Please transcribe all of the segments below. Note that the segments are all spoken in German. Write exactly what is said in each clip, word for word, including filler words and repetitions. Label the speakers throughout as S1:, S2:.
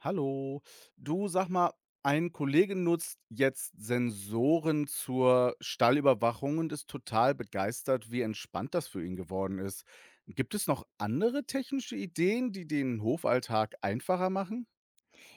S1: Hallo. Du, sag mal, ein Kollege nutzt jetzt Sensoren zur Stallüberwachung und ist total begeistert, wie entspannt das für ihn geworden ist. Gibt es noch andere technische Ideen, die den Hofalltag einfacher machen?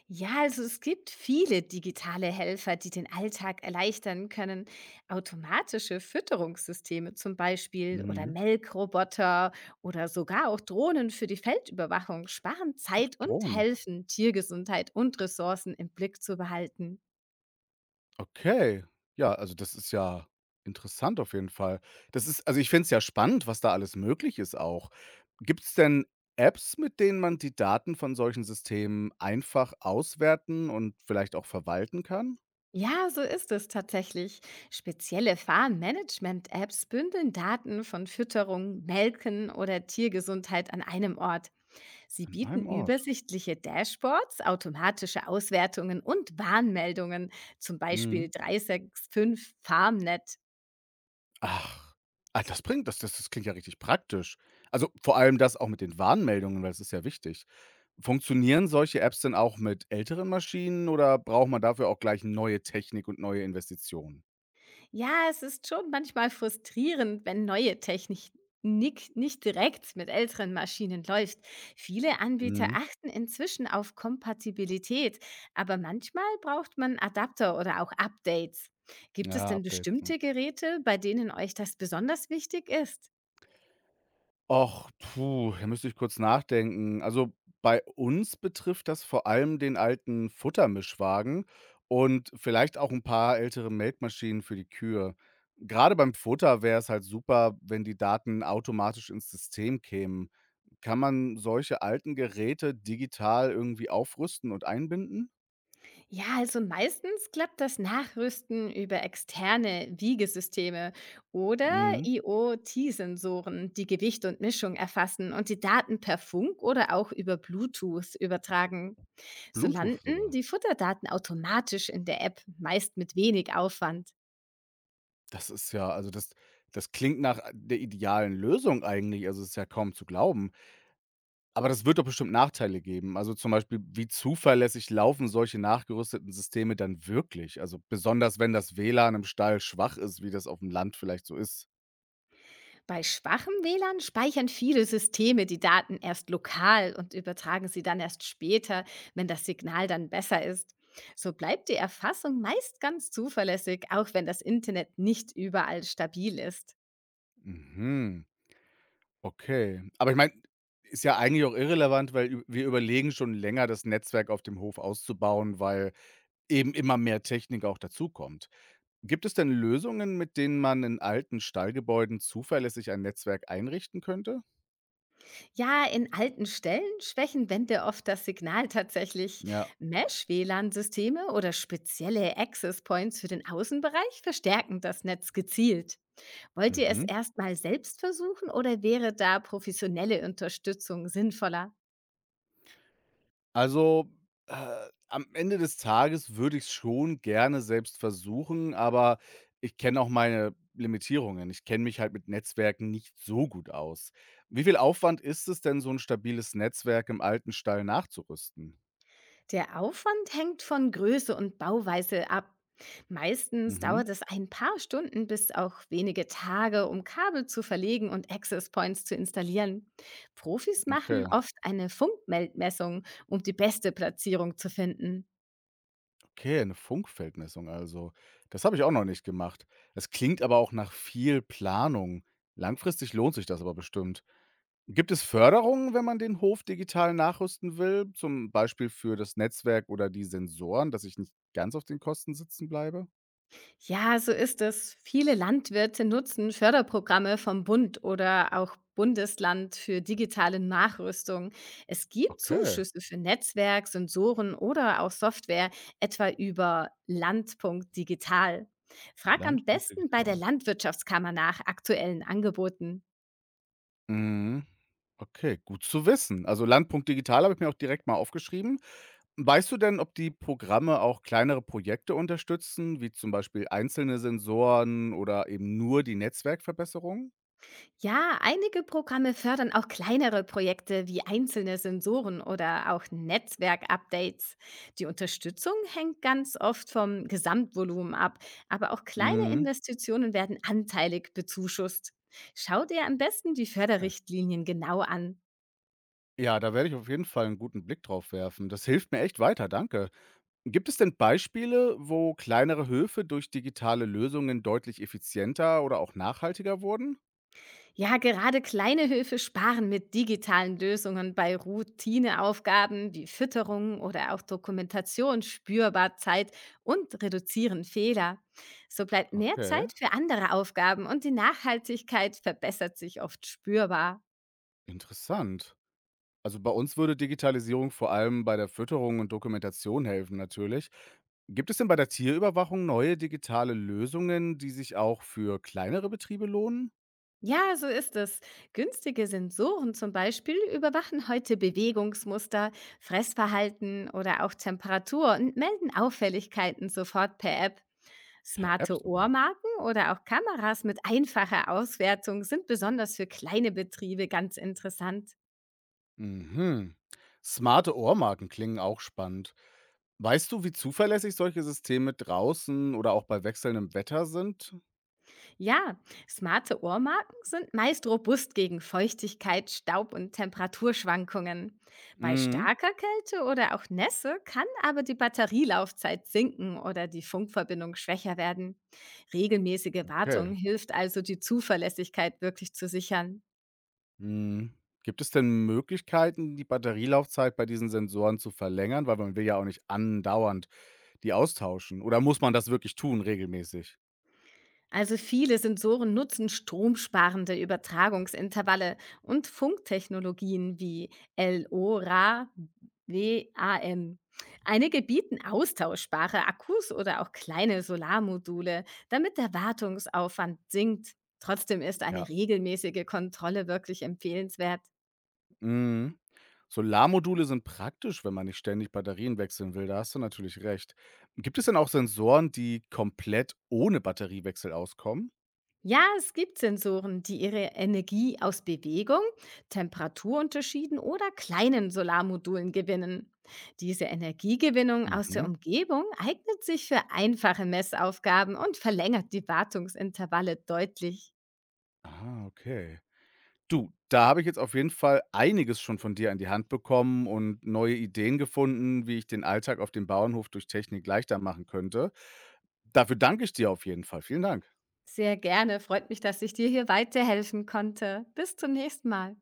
S2: Ja, also es gibt viele digitale Helfer, die den Alltag erleichtern können. Automatische Fütterungssysteme zum Beispiel oder
S1: Mhm.
S2: Melkroboter oder sogar auch Drohnen für die Feldüberwachung sparen
S1: Ach,
S2: Zeit und
S1: Drohnen.
S2: helfen, Tiergesundheit und Ressourcen im Blick zu behalten.
S1: Okay. Ja, also das ist ja interessant auf jeden Fall. Das ist, also ich finde es ja spannend, was da alles möglich ist auch. Gibt's denn Apps, mit denen man die Daten von solchen Systemen einfach auswerten und vielleicht auch verwalten kann?
S2: Ja, so ist es tatsächlich. Spezielle Farm-Management-Apps bündeln Daten von Fütterung, Melken oder Tiergesundheit an einem Ort. Sie
S1: An
S2: bieten
S1: einem Ort.
S2: übersichtliche Dashboards, automatische Auswertungen und Warnmeldungen, zum
S1: Mhm.
S2: Beispiel dreihundertfünfundsechzig Farmnet.
S1: Ach. Ah, das bringt das das das klingt ja richtig praktisch. Also, vor allem das auch mit den Warnmeldungen, weil das ist ja wichtig. Funktionieren solche Apps denn auch mit älteren Maschinen oder braucht man dafür auch gleich neue Technik und neue Investitionen?
S2: Ja, es ist schon manchmal frustrierend, wenn neue Technik nick- nicht direkt mit älteren Maschinen läuft. Viele Anbieter
S1: Mhm.
S2: achten inzwischen auf Kompatibilität, aber manchmal braucht man Adapter oder auch Updates. Gibt es
S1: Ja,
S2: denn
S1: Updates, ne?
S2: bestimmte Geräte, bei denen euch das besonders wichtig ist?
S1: Och, puh, da müsste ich kurz nachdenken. Also, bei uns betrifft das vor allem den alten Futtermischwagen und vielleicht auch ein paar ältere Melkmaschinen für die Kühe. Gerade beim Futter wäre es halt super, wenn die Daten automatisch ins System kämen. Kann man solche alten Geräte digital irgendwie aufrüsten und einbinden?
S2: Ja, also meistens klappt das Nachrüsten über externe Wiegesysteme oder
S1: Mhm.
S2: IoT-Sensoren, die Gewicht und Mischung erfassen und die Daten per Funk oder auch über Bluetooth übertragen. So
S1: Bluetooth
S2: landen
S1: sogar.
S2: die Futterdaten automatisch in der App, meist mit wenig Aufwand.
S1: Das ist ja, also, das das klingt nach äh, der idealen Lösung eigentlich. Also, es ist ja kaum zu glauben. Aber das wird doch bestimmt Nachteile geben. Also, zum Beispiel, wie zuverlässig laufen solche nachgerüsteten Systeme dann wirklich? Also, besonders wenn das W L A N im Stall schwach ist, wie das auf dem Land vielleicht so ist.
S2: Bei schwachem W L A N speichern viele Systeme die Daten erst lokal und übertragen sie dann erst später, wenn das Signal dann besser ist. So bleibt die Erfassung meist ganz zuverlässig, auch wenn das Internet nicht überall stabil ist.
S1: Mhm, okay. Aber ich meine, ist ja eigentlich auch irrelevant, weil ü wir überlegen schon länger, das Netzwerk auf dem Hof auszubauen, weil eben immer mehr Technik auch dazukommt. Gibt es denn Lösungen, mit denen man in alten Stallgebäuden zuverlässig ein Netzwerk einrichten könnte?
S2: Ja, in alten Stellen schwächen Wände oft das Signal tatsächlich.
S1: Ja.
S2: Mesh-W L A N-Systeme oder spezielle Access Points für den Außenbereich verstärken das Netz gezielt. Wollt ihr es
S1: Mhm.
S2: erstmal selbst versuchen oder wäre da professionelle Unterstützung sinnvoller?
S1: Also, äh, am Ende des Tages würde ich's schon gerne selbst versuchen, aber ich kenne auch meine Limitierungen. Ich kenne mich halt mit Netzwerken nicht so gut aus. Wie viel Aufwand ist es denn, so ein stabiles Netzwerk im alten Stall nachzurüsten?
S2: Der Aufwand hängt von Größe und Bauweise ab. Meistens
S1: Mhm,
S2: dauert es ein paar Stunden bis auch wenige Tage, um Kabel zu verlegen und Access Points zu installieren. Profis machen
S1: okay.
S2: oft eine Funkmeldmessung, um die beste Platzierung zu finden.
S1: Okay, eine Funkfeldmessung also. Das habe ich auch noch nicht gemacht. Das klingt aber auch nach viel Planung. Langfristig lohnt sich das aber bestimmt. Gibt es Förderungen, wenn man den Hof digital nachrüsten will, zum Beispiel für das Netzwerk oder die Sensoren, dass ich nicht ganz auf den Kosten sitzen bleibe?
S2: Ja, so ist es. Viele Landwirte nutzen Förderprogramme vom Bund oder auch Bundesland für digitale Nachrüstung. Es gibt
S1: Okay,
S2: Zuschüsse für Netzwerk, Sensoren oder auch Software, etwa über land.digital. Frag am
S1: Landpunkt
S2: besten bei der
S1: digital.
S2: Landwirtschaftskammer nach aktuellen Angeboten.
S1: Mhm. Okay, gut zu wissen. Also Landpunkt digital habe ich mir auch direkt mal aufgeschrieben. Weißt du denn, ob die Programme auch kleinere Projekte unterstützen, wie zum Beispiel einzelne Sensoren oder eben nur die Netzwerkverbesserung?
S2: Ja, einige Programme fördern auch kleinere Projekte wie einzelne Sensoren oder auch Netzwerk-Updates. Die Unterstützung hängt ganz oft vom Gesamtvolumen ab, aber auch kleine
S1: Mhm.
S2: Investitionen werden anteilig bezuschusst. Schau dir am besten die
S1: Ja,
S2: Förderrichtlinien genau an.
S1: Ja, da werde ich auf jeden Fall einen guten Blick drauf werfen. Das hilft mir echt weiter, danke. Gibt es denn Beispiele, wo kleinere Höfe durch digitale Lösungen deutlich effizienter oder auch nachhaltiger wurden?
S2: Ja, gerade kleine Höfe sparen mit digitalen Lösungen bei Routineaufgaben wie Fütterung oder auch Dokumentation spürbar Zeit und reduzieren Fehler. So bleibt mehr
S1: Okay,
S2: Zeit für andere Aufgaben und die Nachhaltigkeit verbessert sich oft spürbar.
S1: interessant. Also bei uns würde Digitalisierung vor allem bei der Fütterung und Dokumentation helfen natürlich. Gibt es denn bei der Tierüberwachung neue digitale Lösungen, die sich auch für kleinere Betriebe lohnen?
S2: Ja, so ist es. Günstige Sensoren zum Beispiel überwachen heute Bewegungsmuster, Fressverhalten oder auch Temperatur und melden Auffälligkeiten sofort per App.
S1: Per App
S2: Smarte
S1: sogar.
S2: Ohrmarken oder auch Kameras mit einfacher Auswertung sind besonders für kleine Betriebe ganz interessant.
S1: Mhm. Smarte Ohrmarken klingen auch spannend. Weißt du, wie zuverlässig solche Systeme draußen oder auch bei wechselndem Wetter sind?
S2: Ja, smarte Ohrmarken sind meist robust gegen Feuchtigkeit, Staub und Temperaturschwankungen. Bei
S1: Mhm.
S2: starker Kälte oder auch Nässe kann aber die Batterielaufzeit sinken oder die Funkverbindung schwächer werden. Regelmäßige Wartung
S1: Okay.
S2: hilft also, die Zuverlässigkeit wirklich zu sichern.
S1: Mhm. Gibt es denn Möglichkeiten, die Batterielaufzeit bei diesen Sensoren zu verlängern? Weil man will ja auch nicht andauernd die austauschen. Oder muss man das wirklich tun, regelmäßig?
S2: Also viele Sensoren nutzen stromsparende Übertragungsintervalle und Funktechnologien wie LoRa, W A N. Einige bieten austauschbare Akkus oder auch kleine Solarmodule, damit der Wartungsaufwand sinkt. Trotzdem ist eine
S1: Ja.
S2: regelmäßige Kontrolle wirklich empfehlenswert.
S1: Mhm. Solarmodule sind praktisch, wenn man nicht ständig Batterien wechseln will. Da hast du natürlich recht. Gibt es denn auch Sensoren, die komplett ohne Batteriewechsel auskommen?
S2: Ja, es gibt Sensoren, die ihre Energie aus Bewegung, Temperaturunterschieden oder kleinen Solarmodulen gewinnen. Diese Energiegewinnung aus der
S1: Mhm.
S2: Umgebung eignet sich für einfache Messaufgaben und verlängert die Wartungsintervalle deutlich.
S1: Ah, okay. Du, da habe ich jetzt auf jeden Fall einiges schon von dir an die Hand bekommen und neue Ideen gefunden, wie ich den Alltag auf dem Bauernhof durch Technik leichter machen könnte. Dafür danke ich dir auf jeden Fall. Vielen Dank.
S2: Sehr gerne, freut mich, dass ich dir hier weiterhelfen konnte. Bis zum nächsten Mal.